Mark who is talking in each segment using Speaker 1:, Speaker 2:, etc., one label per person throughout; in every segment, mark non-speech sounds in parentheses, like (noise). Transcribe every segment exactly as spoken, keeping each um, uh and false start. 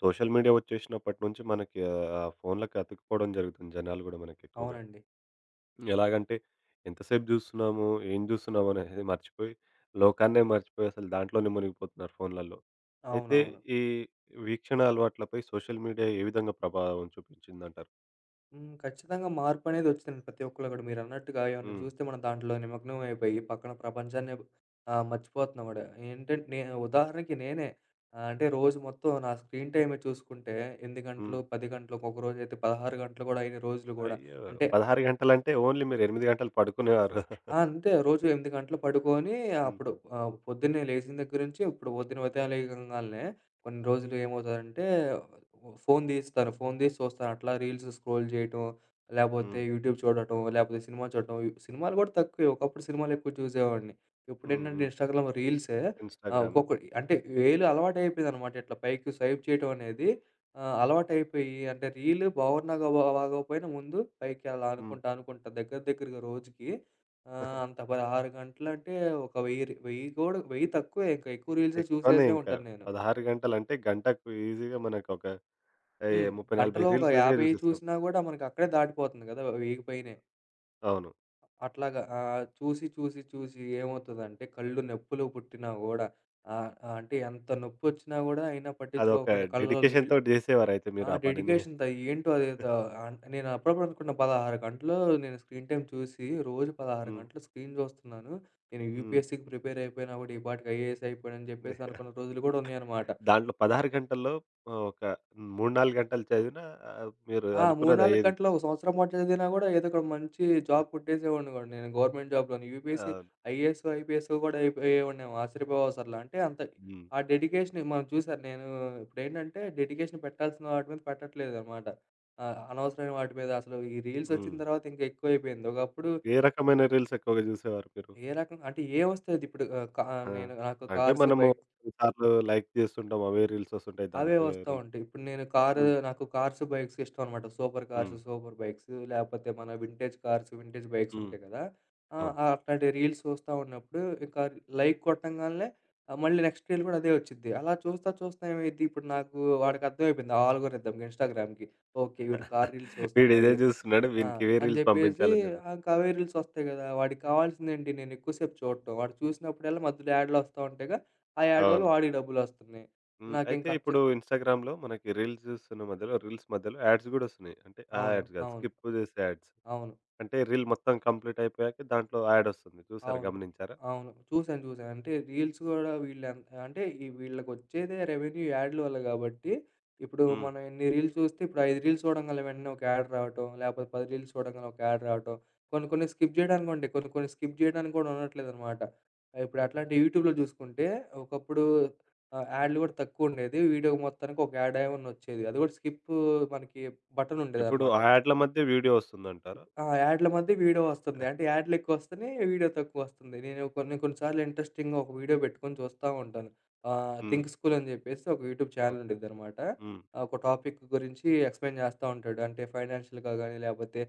Speaker 1: Social media వచ్చేసినప్పటి నుంచి మనకి ఆ ఫోన్లకి అతుక్కుపోవడం జరుగుతుంది, జనాలు కూడా మనకి ఎక్కువగా.
Speaker 2: అవునండి.
Speaker 1: ఎలాగంటే ఎంతసేపు చూస్తున్నాము, ఏం చూస్తున్నాము అనేది మర్చిపోయి, లోకాన్నే మర్చిపోయి అసలు దాంట్లోనే మునిగిపోతున్నారు ఫోన్లల్లో. అయితే
Speaker 2: అవునవును.
Speaker 1: ఈ వీక్షణ అలవాట్లపై సోషల్ మీడియా ఏ విధంగా ప్రభావం చూపించిందంటారు?
Speaker 2: హ్మ్. ఖచ్చితంగా మార్పనేది వచ్చిందండి ప్రతి ఒక్కళ్ళు కూడా. మీరన్నట్టుగా ఏమన్నా
Speaker 1: హ్మ్.
Speaker 2: చూస్తే మనం దాంట్లో నిమగ్నం అయిపోయి పక్కన ప్రపంచాన్నే ఆహ్, మర్చిపోతున్నాం కూడా. ఏంటంటే నేను ఉదాహరణకి నేనే ఆహ్, అంటే రోజు మొత్తం నా స్క్రీన్ టైమే చూసుకుంటే ఎనిమిది గంటలు,
Speaker 1: హ్మ్.
Speaker 2: పది గంటలు ఒక్కొక్క రోజైతే పదహారు గంటలు కూడా అయిన రోజులు కూడా.
Speaker 1: అయ్యో!
Speaker 2: అంటే
Speaker 1: పదహారు గంటలంటే ఓన్లీ మీరు ఎనిమిది గంటలు పడుకునేవారు.
Speaker 2: ఆ, అంతే రోజు ఎనిమిది గంటలు పడుకొని
Speaker 1: హ్మ్.
Speaker 2: అప్పుడు ఆహ్, పొద్దున్నే లేచిన దగ్గర నుంచి ఇప్పుడు పొద్దున ఉదయం లేగంగాల్నే కొన్ని రోజులు ఏమవుతదంటే ఫోను తీస్తారు. ఫోను తీసి చూస్తారు. అట్లా రీల్స్ స్క్రోల్ చేయటం, లేపోతే
Speaker 1: హ్మ్.
Speaker 2: యూట్యూబ్ చూడటం, లేపోతే సినిమా చూడటం. సినిమాలు కూడా తక్కువే. ఒకప్పుడు సినిమాలు ఎక్కువ చూసేవాడిని.
Speaker 1: హ్మ్.
Speaker 2: ఇప్పుడేంటంటే
Speaker 1: హ్మ్.
Speaker 2: ఇన్‌స్టాగ్రామ్ రీల్సే. ఆహ్,
Speaker 1: ఇన్‌స్టాగ్రాము.
Speaker 2: ఒక్కొక్క అంటే వేలు అలవాటయిపోయిందనమాట. ఇట్లా పైకి స్వైప్ చేయటం అనేది ఆహ్, అలవాటయిపోయి అంటే రీల్ బాగున్నా, గా బాగోకపోయినా ముందు పైకి అలా
Speaker 1: హ్మ్.
Speaker 2: అనుకుంటా, అనుకుంటా దగ్గర దగ్గరగా రోజుకి ఆ, అంత
Speaker 1: (laughs)
Speaker 2: పదహారు గంటలంటే ఒక వెయ్యి రి వెయ్యి కూడా వెయ్యి తక్కువే. ఇంక ఎక్కువ రీల్సే
Speaker 1: ఎక్కువనే
Speaker 2: చూసేసే
Speaker 1: ఇంకా.
Speaker 2: ఉంటాను నేను.
Speaker 1: పదహారు గంటలంటే గంటకు ఈజీగా మనకొక అయ్యే
Speaker 2: హ్మ్.
Speaker 1: ముప్ఫై, నలభై
Speaker 2: గంటలో ఒక
Speaker 1: రీల్స్ ఈజీగా
Speaker 2: యాభై
Speaker 1: చూసేస్తాం.
Speaker 2: చూసినా గూడా మనకి అక్కడే దాటిపోతుంది గదా! వెయ్యికి పైనే.
Speaker 1: అవును.
Speaker 2: అట్లాగా ఆహ్, చూసి, చూసి, చూసి ఏమవుతదంటే కళ్ళు నొప్పులు పుట్టినా గూడా, ఆహ్, అంటే ఎంత నొప్పొచ్చినా గూడా అయినా
Speaker 1: అదొక
Speaker 2: పట్టించుకోకుండా కళ్ళలో నీళ్ళు.
Speaker 1: డెడికేషన్‌తోటి చేసేవారయితే
Speaker 2: ఆ,
Speaker 1: మీరు ఆ పనిని.
Speaker 2: డెడికేషన్ త ఏంటో అదేదో అన్ నేను అప్పుడప్పుడు అనుకున్న పదహారు గంటలు. నేను స్క్రీన్ టైమ్ చూసి రోజు పదహారు
Speaker 1: హ్మ్.
Speaker 2: గంటలు స్క్రీన్ చూస్తున్నాను. నేను
Speaker 1: హ్మ్.
Speaker 2: యూపీఎస్సీకి ప్రిపేర్ అయిపోయినా కూడా ఈ పాటికి ఐఏఎస్ అయిపోయానని చెప్పేసి అనుకున్న రోజులు కూడా ఉన్నాయన్నమాట.
Speaker 1: దాంట్లో పదహారు గంటల్లో ఆహ్, ఒక మూడు, నాలుగు గంటలు చదివినా ఆహ్, మీరు
Speaker 2: ఆ, మూడు, నాలుగు
Speaker 1: అనుకున్నదయ్యేది.
Speaker 2: గంటలు ఒక సంవత్సరం పాటు చదివినా గూడా ఏదో ఒక మంచి జాబ్ కొట్టేసేవాడిని గూడా. నేను గవర్నమెంట్ జాబ్‌లోని యూపీఎస్‌సీ,
Speaker 1: అవును.
Speaker 2: ఐఏఎస్, ఐపీఎస్ గూడా అయిపోయేవాడినేమో. ఆశ్చర్యపోవసరలా. అంటే అంత
Speaker 1: హ్మ్.
Speaker 2: ఆ డెడికేషన్ మనం చూసారు. నేను ఇప్పుడేంటంటే డెడికేషన్ పెట్టాల్సిన వాటి మీద పెట్టట్లేదనమాట. ఆహ్, అనవసరమైన వాటి మీద అసలు ఈ రీల్స్ వచ్చిన
Speaker 1: హ్మ్.
Speaker 2: తర్వాత ఇంకా ఎక్కువైపోయింది. ఒకప్పుడు
Speaker 1: ఏ రకమైన రీల్స్ ఎక్కువగా చూసేవారు మీరు?
Speaker 2: ఏ రకంగా అంటే ఏమొస్తే అది. ఇప్పుడు ఆహ్, క
Speaker 1: ఆ!
Speaker 2: నేను నాకు
Speaker 1: అంటే
Speaker 2: కార్స్,
Speaker 1: మనము
Speaker 2: బైక్స్,
Speaker 1: కొన్ని సార్లు లైక్ చేస్తుంటాం. అవే రీల్స్ వస్తుంటాయి.
Speaker 2: అవే
Speaker 1: దానికి రి
Speaker 2: వస్తా
Speaker 1: రీల్
Speaker 2: ఉంటాయి. ఇప్పుడు నేను కారు
Speaker 1: హ్మ్.
Speaker 2: నాకు కార్స్, బైక్స్ ఇష్టం అనమాట. సూపర్ కార్స్,
Speaker 1: హ్మ్.
Speaker 2: సూపర్ బైక్స్, లేపోతే మన వింటేజ్ కార్స్, వింటేజ్ బైక్స్
Speaker 1: హ్మ్.
Speaker 2: ఉంటాయి కదా! ఆ,
Speaker 1: అవును.
Speaker 2: ఆ అట్లాంటి రీల్స్ చూస్తా ఉన్నప్పుడు ఇంకా లైక్ కొట్టంగాల్నే ఆహ్, మళ్ళీ నెక్స్ట్ రీల్ కూడా అదే వచ్చిద్ది. అలా చూస్తా చూస్తా ఏమైద్ది ఇప్పుడు నాకు. వాడికి అర్థమైపోయింది. ఆ ఆల్గోరిథంకి, ఇన్‌స్టాగ్రామ్‌కి. ఓకే, వీడు కార్
Speaker 1: (laughs)
Speaker 2: రీల్స్
Speaker 1: వీడిదే
Speaker 2: చూస్తున్నాడు.
Speaker 1: చూస్తున్నాడు.
Speaker 2: ఆ,
Speaker 1: వీనికి ఇవే
Speaker 2: అని
Speaker 1: రీల్స్
Speaker 2: చెప్పేసి
Speaker 1: పంపించాలని చెప్పేసి.
Speaker 2: ఇంకా అవే రీల్స్ వస్తాయి కదా! వాడికి కావాల్సిందేంటి? నేను ఎక్కువ సేపు చూడటం. వాడు చూసినప్పుడల్లా మధ్యలో యాడ్‌లు వస్తా ఉంటాయిగా. ఆ యాడ్ వల్ల
Speaker 1: అవును.
Speaker 2: వాడికి డబ్బులొస్తున్నాయి.
Speaker 1: హ్మ్. అయితే
Speaker 2: నాకింక
Speaker 1: ఇప్పుడు
Speaker 2: అచ్చం
Speaker 1: ఇన్‌స్టాగ్రామ్‌లో మనకి రీల్స్‌స్తున్న మధ్యలో రీల్స్ మధ్యలో యాడ్స్ గూడా వస్తున్నాయి. అంటే ఆ
Speaker 2: అవును.
Speaker 1: యాడ్స్ గాదు,
Speaker 2: అవును.
Speaker 1: స్కిప్ చేసే యాడ్స్.
Speaker 2: అవును.
Speaker 1: అంటే రీల్ మొత్తం కంప్లీట్ అయిపోయాక దాంట్లో యాడ్ వస్తుంది. చూసారా?
Speaker 2: అవును.
Speaker 1: గమనించారా?
Speaker 2: అవును, చూసాను. చూసాను. అంటే రీల్స్ గూడా వీళ్ళెన్ అంటే ఈ వీళ్ళకొచ్చేదే రెవెన్యూ యాడ్‌ల వల్ల గాబట్టి, ఇప్పుడు
Speaker 1: హ్మ్.
Speaker 2: మనం ఎన్ని రీల్స్ చూస్తే ఇప్పుడు ఐదు రీల్స్ చూడంగాల్నే వెంటనే ఒక యాడ్ రావటం, లేపోతే పది రీల్స్ చూడంగాల్నే ఒక యాడ్ రావటం. కొన్ని కొన్ని స్కిప్ జేయడానికుంటాయి. కొన్ని కొన్ని స్కిప్ జేయడానికి గూడా ఉండట్లేదనమాట. ఇప్పుడు అట్లాంటి యూట్యూబ్‌లో జూసుకుంటే ఒకప్పుడు ఆహ్, యాడ్‌లు గూడా తక్కువుండేది. వీడియో మొత్తానికి ఒక యాడ్ ఏమన్నా ఒచ్చేది. అది గూడా స్కిప్పు మనకి
Speaker 1: ఇప్పుడు
Speaker 2: బటనుండేదనమాట.
Speaker 1: ఆ యాడ్ల మధ్య వీడియో వస్తుందంటారా?
Speaker 2: ఆ, యాడ్ల మధ్య వీడియో వస్తుంది. అంటే యాడ్‌లెక్కువొస్తున్నాయి, వీడియో తక్కువొస్తుంది. నేను కొన్ని కొన్ని సార్లు ఇంట్రెస్టింగ్‌గా ఒక వీడియో పెట్టుకొని చూస్తా ఉంటాను. ఆహ్,
Speaker 1: హ్మ్.
Speaker 2: థింక్ స్కూల్ అని జెప్పేసి ఒక యూట్యూబ్ ఛానెల్
Speaker 1: ఓకే.
Speaker 2: ఉండిద్దనమాట.
Speaker 1: హ్మ్.
Speaker 2: ఒక టాపిక్ గురించి ఎక్స్‌ప్లెయిన్ జేస్తా ఉంటాడు. అంటే ఫైనాన్షియల్‌గా గానీ, లేపోతే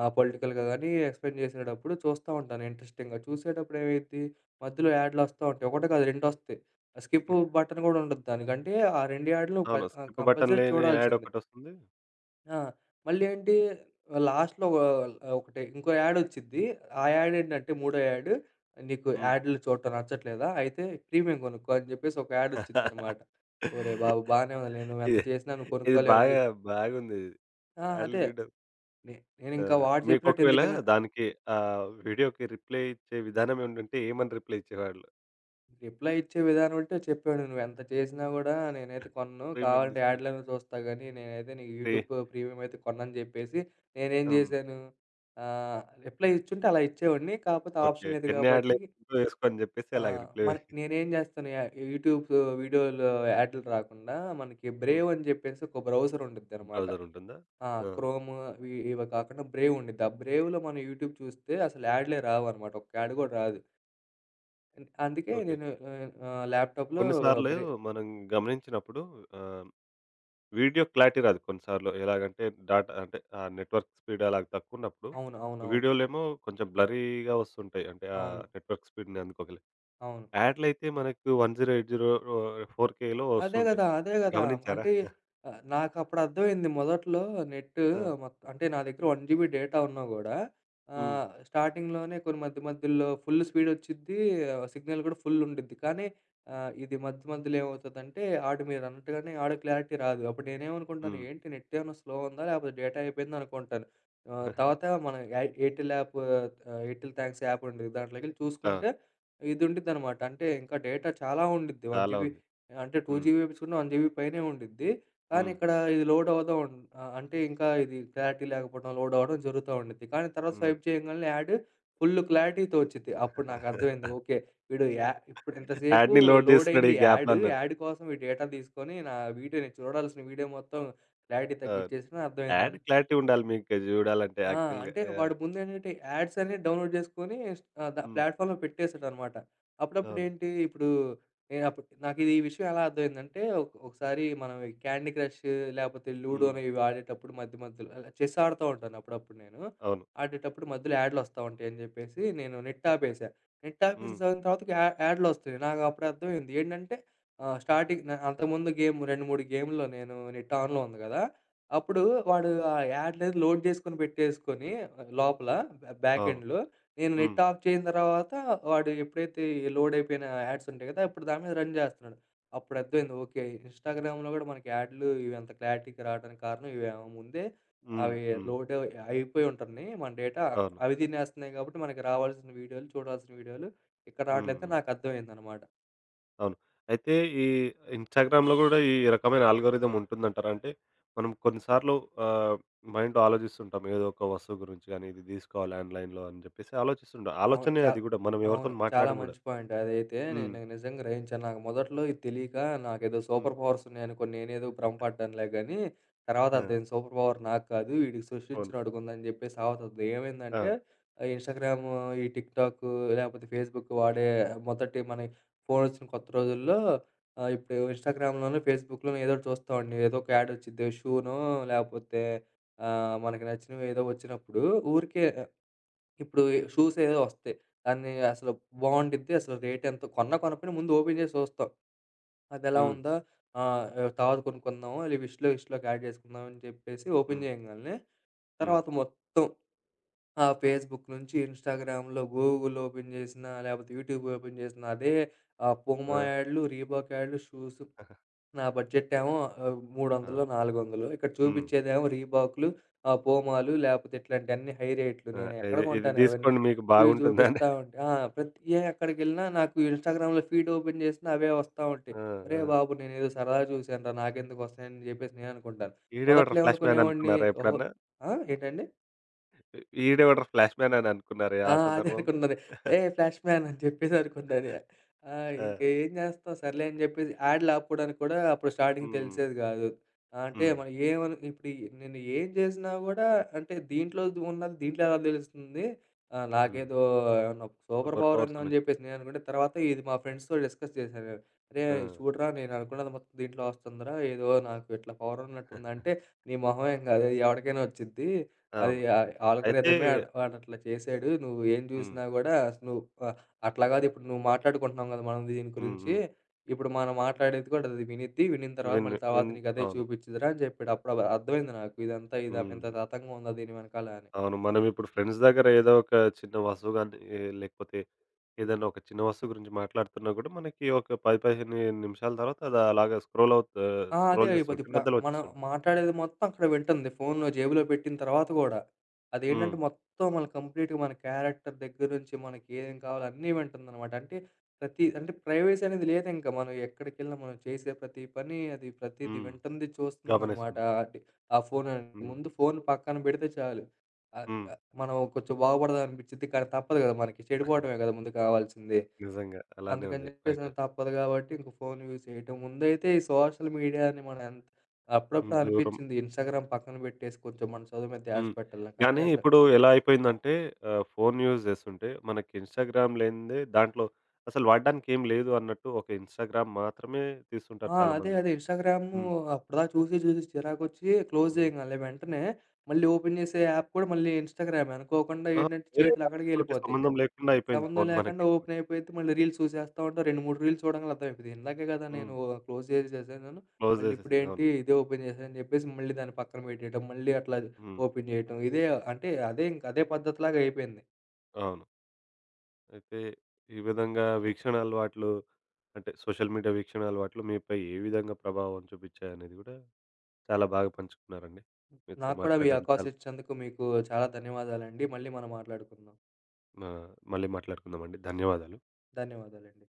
Speaker 2: ఆహ్, పొలిటికల్‌గా గానీ ఎక్స్‌ప్లెయిన్ జేసేటప్పుడు చూస్తా ఉంటాను ఇంట్రెస్టింగ్‌గా. చూసేటప్పుడు ఏమైద్ది, మధ్యలో యాడ్‌లొస్తా ఉంటాయి. ఒకటే కాదు, రెండొస్తాయి. స్కిప్ బటన్ గూడా ఉండదు దానికి. అంటే ఆ రెండు యాడ్‌లు క
Speaker 1: అవును.
Speaker 2: ఆహ్,
Speaker 1: స్కిప్ బటన్
Speaker 2: కంపల్సరీ
Speaker 1: లేని యాడ్
Speaker 2: చూడాల్సిందే.
Speaker 1: ఒకటొస్తుంది.
Speaker 2: ఆ, మళ్ళీ ఏంటి లాస్ట్‌లో ఒ ఒకటి ఇంకో యాడ్ వచ్చిద్ది. ఆ యాడ్ ఏంటంటే మూడో యాడ్, "నీకు
Speaker 1: హ్మ్.
Speaker 2: యాడ్‌లు చూడటం నచ్చట్లేదా? అయితే ప్రీమియం కొనుక్కో" అని చెప్పేసి ఒక యాడ్ వచ్చిద్దనమాట. ఒరేయ్ బాబు!
Speaker 1: (laughs)
Speaker 2: బానే ఉందిలే, నువ్వు ఎంత
Speaker 1: ఇది
Speaker 2: చేసినా నువ్వు
Speaker 1: ఇది
Speaker 2: కొనుక్కోలేవని
Speaker 1: బాగా
Speaker 2: చెప్పి.
Speaker 1: బాగుంది ఇది.
Speaker 2: ఆ,
Speaker 1: యాడ్లు
Speaker 2: అదే.
Speaker 1: చూడడం.
Speaker 2: నే
Speaker 1: ఆ!
Speaker 2: నేనింకా వాడు చెప్పినట్టు
Speaker 1: మీకొకవేళ
Speaker 2: ఎందుకన్నా
Speaker 1: దానికి ఆహ్, వీడియోకి రిప్లై ఇచ్చే విధానం ఏముండుంటే ఏమని రిప్లై ఇచ్చేవాళ్ళు?
Speaker 2: రిప్లై ఇచ్చే విధానం అంటే చెప్పాడు. "నువ్వెంత చేసినా గూడా నేనైతే కొనను.
Speaker 1: ప్రీమియం
Speaker 2: కావాలంటే
Speaker 1: తీసుకొని.
Speaker 2: యాడ్‌లైనా చూస్తా గానీ, నేనైతే నీకు
Speaker 1: ఫ్రీ.
Speaker 2: యూట్యూబ్ ప్రీమియం అయితే కొననని" జెప్పేసి నేనేం
Speaker 1: హ్మ్.
Speaker 2: జేశాను, ఆహ్, రిప్లై ఇచ్చుంటే అలా ఇచ్చేవాడిని. కాపోతే
Speaker 1: ఓకే.
Speaker 2: ఆప్షన్ లేదు
Speaker 1: ఎన్ని
Speaker 2: గాబట్టి
Speaker 1: యాడ్‌లేసుకుంటూ వేసుకో అని చెప్పేసి అలాగ
Speaker 2: ఆహ్,
Speaker 1: రిప్లై.
Speaker 2: మన నేనేం జేస్తాను, యా యూట్యూబ్ వీడియోలు యాడ్‌లు రాకుండా మనకి
Speaker 1: హ్మ్.
Speaker 2: బ్రేవ్ అని జెప్పేసి ఒక బ్రౌజర్ ఉండిద్దనమాట.
Speaker 1: బ్రౌజర్ ఉంటుందా?
Speaker 2: ఆ,
Speaker 1: ఆ!
Speaker 2: క్రోమ్ ఇవి ఇవి కాకుండా బ్రేవ్ ఉండిద్ది. ఆ బ్రేవ్‌లో మనం యూట్యూబ్ చూస్తే అసలు యాడ్‌లే రావనమాట. ఒక్క యాడ్ గూడా రాదు. అన్ అందుకే
Speaker 1: ఓకే.
Speaker 2: నేను ఆహ్, ఆహ్, ల్యాప్‌టాప్‌లో
Speaker 1: కొన్నిసార్లు
Speaker 2: బ్రే
Speaker 1: మనం గమనించినప్పుడు ఆహ్, వీడియో క్లారిటీ రాదు కొన్నిసార్లు. ఎలాగంటే డాటా అంటే ఆ నెట్వర్క్ స్పీడ్ అలాగ తక్కువున్నప్పుడు
Speaker 2: అవును. అవునవును.
Speaker 1: వీడియోలేమో కొంచెం బ్లర్రీగా వస్తుంటాయి. అంటే ఆ
Speaker 2: అవును. అవును.
Speaker 1: నెట్వర్క్ స్పీడ్‌ని అందుకోగలే.
Speaker 2: అవును.
Speaker 1: యాడ్‌లయితే మనకు one zero eight zero ah, four కేలో
Speaker 2: అదే
Speaker 1: వస్తుంటాయి.
Speaker 2: గదా! అదే గదా!
Speaker 1: గమనించారా?
Speaker 2: అంటే ఆహ్, నాకప్పుడు అర్థమైంది మొదట్లో నెట్
Speaker 1: ఆ!
Speaker 2: మొత్ అంటే నా దగ్గర ఒక జీబీ డేటా ఉన్నా గూడా
Speaker 1: హ్మ్.
Speaker 2: ఆహ్, స్టార్టింగ్‌లోనే కొన్ని మధ్య మధ్యలో ఫుల్ స్పీడ్ వచ్చిద్ది. సిగ్నల్ గూడా ఫుల్ ఉండిద్ది. కానీ ఆహ్, ఇది మధ్య మధ్యలో ఏమవుతదంటే ఆడు మీరన్నట్టుగానే ఆడియో క్లారిటీ రాదు. అప్పుడు నేనేమనుకుంటాను?
Speaker 1: హ్మ్.
Speaker 2: ఏంటి, నెట్ ఏమైనా స్లో ఉందా? లేకపోతే డేటా అయిపోయిందా అనుకుంటాను. ఆహ్, తర్వాత
Speaker 1: (laughs)
Speaker 2: మన ఎ ఎయిర్‌టెల్ యాప్, ఆహ్, ఎయిర్‌టెల్ థాంక్స్ యాప్ ఉండిద్ది. దాంట్లోకెళ్ళి
Speaker 1: ఆ!
Speaker 2: చూసుకుంటే ఇది ఉండిద్దనమాట. అంటే ఇంకా డేటా చాలా ఉండిద్ది. ఒక
Speaker 1: చాలా
Speaker 2: జీబీ
Speaker 1: ఉంది.
Speaker 2: అంటే రెండు
Speaker 1: హ్మ్.
Speaker 2: జీబీ వేపించుకున్న ఒక జీబీ పైనే ఉండిద్ది. కానీ
Speaker 1: హ్మ్.
Speaker 2: ఇక్కడ ఇది లోడ్ అవ్వడం, ఆహ్, అంటే ఇంకా ఇది క్లారిటీ లేకపోవడం, లోడ్ అవ్వడం జరుగుతా ఉండిద్ది. కానీ తర్వాత
Speaker 1: హ్మ్.
Speaker 2: స్వైప్ చేయంగానే యాడ్ ఫుల్ క్లారిటీతో వచ్చిద్ది. అప్పుడు నాకర్థమైంది. ఓకే, వీడు యా ఇప్పుడు ఇంతసేపు
Speaker 1: యాడ్‌ని లోడ్
Speaker 2: లోడ్
Speaker 1: జేస్తున్నాడు
Speaker 2: అయింది
Speaker 1: ఈ గ్యాప్‌లో
Speaker 2: యాడ్.
Speaker 1: అన్నాను.
Speaker 2: యాడ్ కోసం ఈ డేటా తీసుకొని నా వీడియోని, చూడాల్సిన వీడియో మొత్తం క్లారిటీ
Speaker 1: అవును.
Speaker 2: తగ్గిచ్చేసిన అర్థమైంది.
Speaker 1: యాడ్ క్లారిటీ ఉండాలి మీకు జూడాలంటే
Speaker 2: ఆ,
Speaker 1: యాక్చువల్‌గా.
Speaker 2: అంటే
Speaker 1: యాహ్!
Speaker 2: వాడు ముందేంటంటే యాడ్స్ అన్ని డౌన్‌లోడ్ చేసుకొని ఆహ్, ద
Speaker 1: హ్మ్.
Speaker 2: ప్లాట్‌ఫామ్‌లో పెట్టేసాడనమాట.
Speaker 1: అవును.
Speaker 2: అప్పుడప్పుడేంటి ఇప్పుడు నేను అప్పుడు నాకిది ఈ విషయం ఎలా అర్థమైందంటే ఒక ఒకసారి మనం ఈ క్యాండీ క్రష్, లేపోతే
Speaker 1: హ్మ్.
Speaker 2: లూడోనో ఇవి ఆడేటప్పుడు మధ్య మధ్యలో అలా చెస్ ఆడుతా ఉంటాను అప్పుడప్పుడు నేను.
Speaker 1: అవును.
Speaker 2: ఆడేటప్పుడు మధ్యలో యాడ్‌లొస్తా ఉంటాయని చెప్పేసి నేను నెట్ ఆపేసా. నెట్ ఆపేసిన
Speaker 1: హ్మ్.
Speaker 2: సగం తర్వాతకి యా యాడ్‌లొస్తున్నాయి. నాకప్పుడు అర్థమైంది ఏంటంటే, ఆహ్, స్టార్టింగ్ న అంతకుముందు గేమ్, రెండు, మూడు గేమ్‌లో నేను నెట్ ఆన్‌లో ఉంది గదా! అప్పుడు వాడు ఆ యాడ్‌లది లోడ్ జేసుకొని పెట్టేసుకొని లోపల బ్యా బ్యాక్
Speaker 1: అవును.
Speaker 2: ఎండ్‌లో. నేను
Speaker 1: హ్మ్.
Speaker 2: నెట్ ఆఫ్ చేసిన తర్వాత వాడు ఎప్పుడైతే ఈ లోడ్ అయిపోయిన యాడ్స్ ఉంటాయి గదా! అప్పుడు దాని మీద రన్ జేస్తున్నాడు. అప్పుడు అర్థమైంది. ఓకే, ఇన్‌స్టాగ్రామ్‌లో గూడా మనకి యాడ్లు ఇవి అంత క్లారిటీగా రావడానికి కారణం ఇవేమో ముందే
Speaker 1: హ్మ్.
Speaker 2: అవి
Speaker 1: హ్మ్.
Speaker 2: లోడ్ అయిపోయి ఉంటున్నాయి. మన డేటా
Speaker 1: అవును.
Speaker 2: అవి తినేస్తున్నాయి గాబట్టి మనకి రావాల్సిన వీడియోలు, చూడాల్సిన వీడియోలు ఇక్కడ
Speaker 1: హ్మ్.
Speaker 2: రావట్లేదని
Speaker 1: హ్మ్.
Speaker 2: నాకు అర్థమైందనమాట.
Speaker 1: అవును. అయితే ఈ ఇన్‌స్టాగ్రామ్‌లో గూడా ఈ రకమైన ఆల్గోరిథం ఉంటుందంటారా? అంటే మనం కొన్ని సార్లు ఆహ్, మైండ్‌లో ఆలోచిస్తుంటాం. ఏదో ఒక వస్తువు గురించి గానీ, ఇది దీసుకోవాలి ఆన్‌లైన్‌లో అని జెప్పేసి ఆలోచిస్తుంటాం.
Speaker 2: అవును.
Speaker 1: ఆలోచనే
Speaker 2: చా
Speaker 1: అది గూడా, మనం
Speaker 2: అవును,
Speaker 1: ఎవరితోని
Speaker 2: చాలా
Speaker 1: మాట్లాడడం గూడా.
Speaker 2: మంచి పాయింట్ అదైతే
Speaker 1: హ్మ్.
Speaker 2: నేను నిజంగా గ్రహించాను. నాకు మొదట్లో ఇది తెలియక నాకేదో
Speaker 1: హ్మ్.
Speaker 2: సూపర్ పవర్స్ ఉన్నాయనుకోని నేనేదో భ్రమపడ్డానులే గాని, తర్వాత
Speaker 1: ఆ!
Speaker 2: అర్థమైంది సూపర్ పవర్ నాకు కాదు వీడికి
Speaker 1: అవును.
Speaker 2: సృష్టించినోడికి ఉందని చెప్పేసి అవతది. ఏమైందంటే
Speaker 1: అవును.
Speaker 2: ఆహ్, ఇన్‌స్టాగ్రాము, ఈ టిక్ టాకు, లేకపోతే ఫేస్‌బుక్ వాడే మొదటి మన ఫోన్ వచ్చిన కొత్త రోజుల్లో, ఆహ్, ఇప్పుడు ఇన్‌స్టాగ్రామ్‌లోను, ఫేస్‌బుక్‌లోను ఏదో ఒకటి చూస్తామండి. ఏదో ఒక యాడ్ వచ్చిద్ది షూనో, లేకపోతే ఆహ్, మనకి నచ్చినవి ఏదో వచ్చినప్పుడు ఊరికే ఇప్పుడు షూస్ ఏదో వస్తాయి. దాన్ని అసలు బావుండిద్ది. అసలు రేట్ ఎంతో కొన్నా కొనకపోయినా ముందు ఓపెన్ చేసి చూస్తాం. అదెలా
Speaker 1: హ్మ్.
Speaker 2: ఉందా? ఆహ్, ఆహ్, తర్వాత కొనుక్కుందాము. లే విష్‌లో గిష్‌లోకి యాడ్ చేసుకుందాం అని చెప్పేసి ఓపెన్
Speaker 1: హ్మ్.
Speaker 2: చేయంగాల్నే
Speaker 1: హ్మ్.
Speaker 2: తర్వాత మొత్తం ఆ ఫేస్‌బుక్ నుంచి, ఇన్‌స్టాగ్రామ్‌లో, గూగుల్ ఓపెన్ చేసినా, లేపోతే యూట్యూబ్ ఓపెన్ చేసినా అదే ఆహ్, పూమా
Speaker 1: ఆ!
Speaker 2: యాడ్లు, రీబాక్ యాడ్లు, షూస్.
Speaker 1: (laughs)
Speaker 2: నా బడ్జెట్ ఏమో ఆహ్, మూడు వందలు,
Speaker 1: అవును.
Speaker 2: నాలుగు వందలు, ఇక్కడ
Speaker 1: హ్మ్.
Speaker 2: చూపిచ్చేదేమో రీబాక్‌లు, ఆహ్, పూమాలు, లేపోతే ఇట్లాంటియన్నీ హై రేట్లు.
Speaker 1: ఆ!
Speaker 2: నేనెక్కడ
Speaker 1: ఇది ఇది
Speaker 2: కొంటాను అవన్నీ?
Speaker 1: తీసుకోండి మీకు
Speaker 2: ఇవి
Speaker 1: బాగుంటుంది అని.
Speaker 2: చూపిస్తా ఉంటే ఆ, ప్రతి ఏ ఎక్కడికెళ్ళినా నాకు ఇన్‌స్టాగ్రామ్‌లో ఫీడ్ ఓపెన్ చేసినా అవే వస్తా ఉంటాయి.
Speaker 1: ఆ! ఆ!
Speaker 2: ఒరేయ్ బాబు! నేనేదో సరదాగా చూశానురా నాకెందుకొస్తాయని చెప్పేసి నేననుకుంటాను.
Speaker 1: ఈడెవడురా
Speaker 2: మొదట్లో
Speaker 1: ఫ్లాష్ మ్యాన్
Speaker 2: ఏమనుకునేవాడిని?
Speaker 1: అనుకున్నారా
Speaker 2: ఓహో!
Speaker 1: ఎప్పుడన్నా?
Speaker 2: ఆ! ఏంటండి?
Speaker 1: ఈడెవడురా ఫ్లాష్ మ్యాన్ అని అనుకున్నారా
Speaker 2: ఆ,
Speaker 1: ఆ
Speaker 2: అదే
Speaker 1: సందర్భంలో?
Speaker 2: అనుకున్నది.
Speaker 1: (laughs)
Speaker 2: "ఏయ్! ఫ్లాష్ మ్యాన్" అని చెప్పేసి అనుకున్నాను. ఆహ్,
Speaker 1: ఆ!
Speaker 2: ఇంక ఏం చేస్తాం సర్లే అని చెప్పేసి యాడ్‌లు ఆపుకోవడానికి కూడా అప్పుడు స్టార్టింగ్
Speaker 1: హ్మ్.
Speaker 2: తెలిసేది కాదు. అంటే
Speaker 1: హ్మ్.
Speaker 2: మనం ఏమను ఇప్పుడు నేను ఏం చేసినా కూడా అంటే దీంట్లో ఉన్నది దీంట్లో ఎలా తెలుస్తుంది? ఆహ్,
Speaker 1: హ్మ్.
Speaker 2: నాకేదో ఏమన్నా సూపర్
Speaker 1: సూపర్
Speaker 2: పవర్
Speaker 1: పవర్స్
Speaker 2: ఉందని
Speaker 1: ఉన్నాయి.
Speaker 2: చెప్పేసి నేను అనుకుంటే తర్వాత ఇది మా ఫ్రెండ్స్‌తో డిస్కస్ చేశాను.
Speaker 1: ఆ!
Speaker 2: "అరేయ్! చూడరా, నేను అనుకున్నది మొత్తం దీంట్లో వస్తుందిరా. ఏదో నాకు ఇట్లా పవర్ ఉన్నట్టుంది" అంటే, "నీ మొహమేం కాదు, ఎవడికైనా వచ్చిద్ది. అది
Speaker 1: అవును.
Speaker 2: ఆహ్,
Speaker 1: అయితే
Speaker 2: ఆల్గోరిథమే, ఆడు వాడట్లా చేసాడు. నువ్వు ఏం
Speaker 1: హ్మ్.
Speaker 2: చూసినా గూడా నువ్వు ఆహ్, అట్లా కాదు. ఇప్పుడు నువ్వు మాట్లాడుకుంటున్నాం గదా! మనం దీని
Speaker 1: హ్మ్.
Speaker 2: గురించి.
Speaker 1: హ్మ్.
Speaker 2: ఇప్పుడు మనం మాట్లాడేది కూడా అది వినిద్ది. వినిన తర్వాత
Speaker 1: విన్
Speaker 2: మళ్ళీ తర్వాత
Speaker 1: విన్
Speaker 2: నీకు అదే
Speaker 1: అవును.
Speaker 2: చూపిచ్చిద్దిరా" అని చెప్పాడు. అప్పుడు అర్థమైంది నాకు. ఇదంతా ఇదా, ఇంత
Speaker 1: హ్మ్.
Speaker 2: తతంగం ఉందా దీని వెనకాల అని.
Speaker 1: అవును. మనం ఇప్పుడు ఫ్రెండ్స్ దగ్గర ఏదో ఒక చిన్న వస్తువు గాని, లేకపోతే ఏదైనా ఒక చిన్న వస్తువు గురించి మాట్లాడుతున్నా కూడా మనకి ఒక పది, పదిహేను నిమిషాల తర్వాత అది అలాగా స్క్రోల్ అవుత్
Speaker 2: ఆ, అదే
Speaker 1: స్క్రోల్
Speaker 2: అయిపోద్ది.
Speaker 1: చేస్తుంటే
Speaker 2: ఇప్పుడు
Speaker 1: మధ్యలో
Speaker 2: మనం
Speaker 1: వచ్చేస్తుంది.
Speaker 2: మాట్లాడేది మొత్తం అక్కడ వింటుంది. ఫోన్‌లో జేబులో పెట్టిన తర్వాత గూడా.
Speaker 1: హ్మ్.
Speaker 2: అదేంటంటే మొత్తం మన కంప్లీట్‌గా మన క్యారెక్టర్ దగ్గర నుంచి మనకేం కావాలో అన్నీ వింటుందనమాట. అంటే ప్రతి అంటే ప్రైవసీ అనేది లేదింక. మనం ఎక్కడికెళ్ళినా మనం చేసే ప్రతి పని, అది ప్రతీది
Speaker 1: హ్మ్.
Speaker 2: వింటుంది, చూస్తుందనమాట.
Speaker 1: గమనిస్తుంది.
Speaker 2: అది ఆ ఫోన్ అనేది.
Speaker 1: హ్మ్.
Speaker 2: ముందు ఫోన్ పక్కన పెడితే చాలు. ఆహ్,
Speaker 1: హ్మ్.
Speaker 2: ఆహ్, మనం కొంచెం బాగుపడదామనిపిచ్చిద్ది. కానీ తప్పదు గదా! మనకి చెడిపోవడమే గదా
Speaker 1: (laughs)
Speaker 2: ముందు కావాల్సింది.
Speaker 1: నిజంగా అలానే
Speaker 2: అందుకని
Speaker 1: ఉంది బయట.
Speaker 2: జెప్పేసి తప్పదు గాబట్టి ఇంక ఫోన్ యూజ్ చేయటం. ముందైతే ఈ సోషల్ మీడియాని మనం ఎంత. అప్పుడప్పుడు
Speaker 1: హ్మ్. దూరం.
Speaker 2: అనిపిచ్చింది ఇన్‌స్టాగ్రామ్ పక్కన బెట్టేసి కొంచెం మన చదువు మీద ధ్యాస
Speaker 1: హ్మ్.
Speaker 2: పెట్టాలని. కానీ
Speaker 1: కానీ
Speaker 2: అసల
Speaker 1: ఇప్పుడు ఎలా అయిపోయిందంటే ఆహ్, ఫోను యూజ్ చేస్తుంటే మనకి ఇన్‌స్టాగ్రామ్ లేనిదే దాంట్లో అసలు వాడడానికి ఏం లేదు అన్నట్టు, ఒక ఇన్‌స్టాగ్రామ్ మాత్రమే తీస్తుంటారు
Speaker 2: ఆ, అదే.
Speaker 1: చాలామంది.
Speaker 2: అదే ఇన్‌స్టాగ్రాము,
Speaker 1: హ్మ్.
Speaker 2: అప్పటిదాకా చూసి, చూసి చిరాకొచ్చి క్లోజ్
Speaker 1: హ్మ్.
Speaker 2: చేయంగాలనే వెంటనే మళ్ళీ ఓపెన్ చేసే యాప్ కూడా మళ్ళీ ఇన్‌స్టాగ్రామే. అనుకోకుండా
Speaker 1: ఆ!
Speaker 2: ఏంటంటే
Speaker 1: వేరే
Speaker 2: చేతులు అక్కడికే
Speaker 1: యాప్స్‌తోటి
Speaker 2: ఎళ్ళిపోతాయి.
Speaker 1: సంబంధం లేకుండా అయిపోయింది
Speaker 2: సంబంధం
Speaker 1: ఫోను
Speaker 2: లేకుండా
Speaker 1: మనకి.
Speaker 2: ఓపెన్ అయిపోయిద్ది. మళ్ళీ రీల్స్ చూసేస్తా ఉంటాం. రెండు, మూడు రీల్స్ చూడంగానే అర్థమైపోద్ది. ఇందాకే కదా నేను
Speaker 1: హ్మ్.
Speaker 2: క్లోజ్ చేసి చేశాను.
Speaker 1: క్లోజ్
Speaker 2: మళ్ళీ
Speaker 1: జేసేసింది.
Speaker 2: ఇప్పుడేంటి
Speaker 1: అవును.
Speaker 2: ఇదే ఓపెన్ చేశానని చెప్పేసి మళ్ళీ దాన్ని పక్కన పెట్టేయటం. మళ్ళీ అట్లా
Speaker 1: హ్మ్.
Speaker 2: ఓపెన్ చేయటం. ఇదే అంటే అదే ఇంక అదే పద్ధతిలాగా అయిపోయింది.
Speaker 1: అవును. అయితే ఈ విధంగా వీక్షణ అలవాట్లు, అంటే సోషల్ మీడియా వీక్షణ అలవాట్లు మీపై ఏ విధంగా ప్రభావం చూపించాయనేది గూడా చాలా బాగా పంచుకున్నారండి. మీతో
Speaker 2: నాకు కూడా మీ
Speaker 1: మాట్లాడడం
Speaker 2: అవకాశం
Speaker 1: చాలా.
Speaker 2: ఇచ్చినందుకు మీకు చాలా ధన్యవాదాలండి. మళ్ళీ మనం మాట్లాడుకుందాం.
Speaker 1: ఆ! మళ్ళీ మాట్లాడుకుందామండి. ధన్యవాదాలు.
Speaker 2: ధన్యవాదాలండి.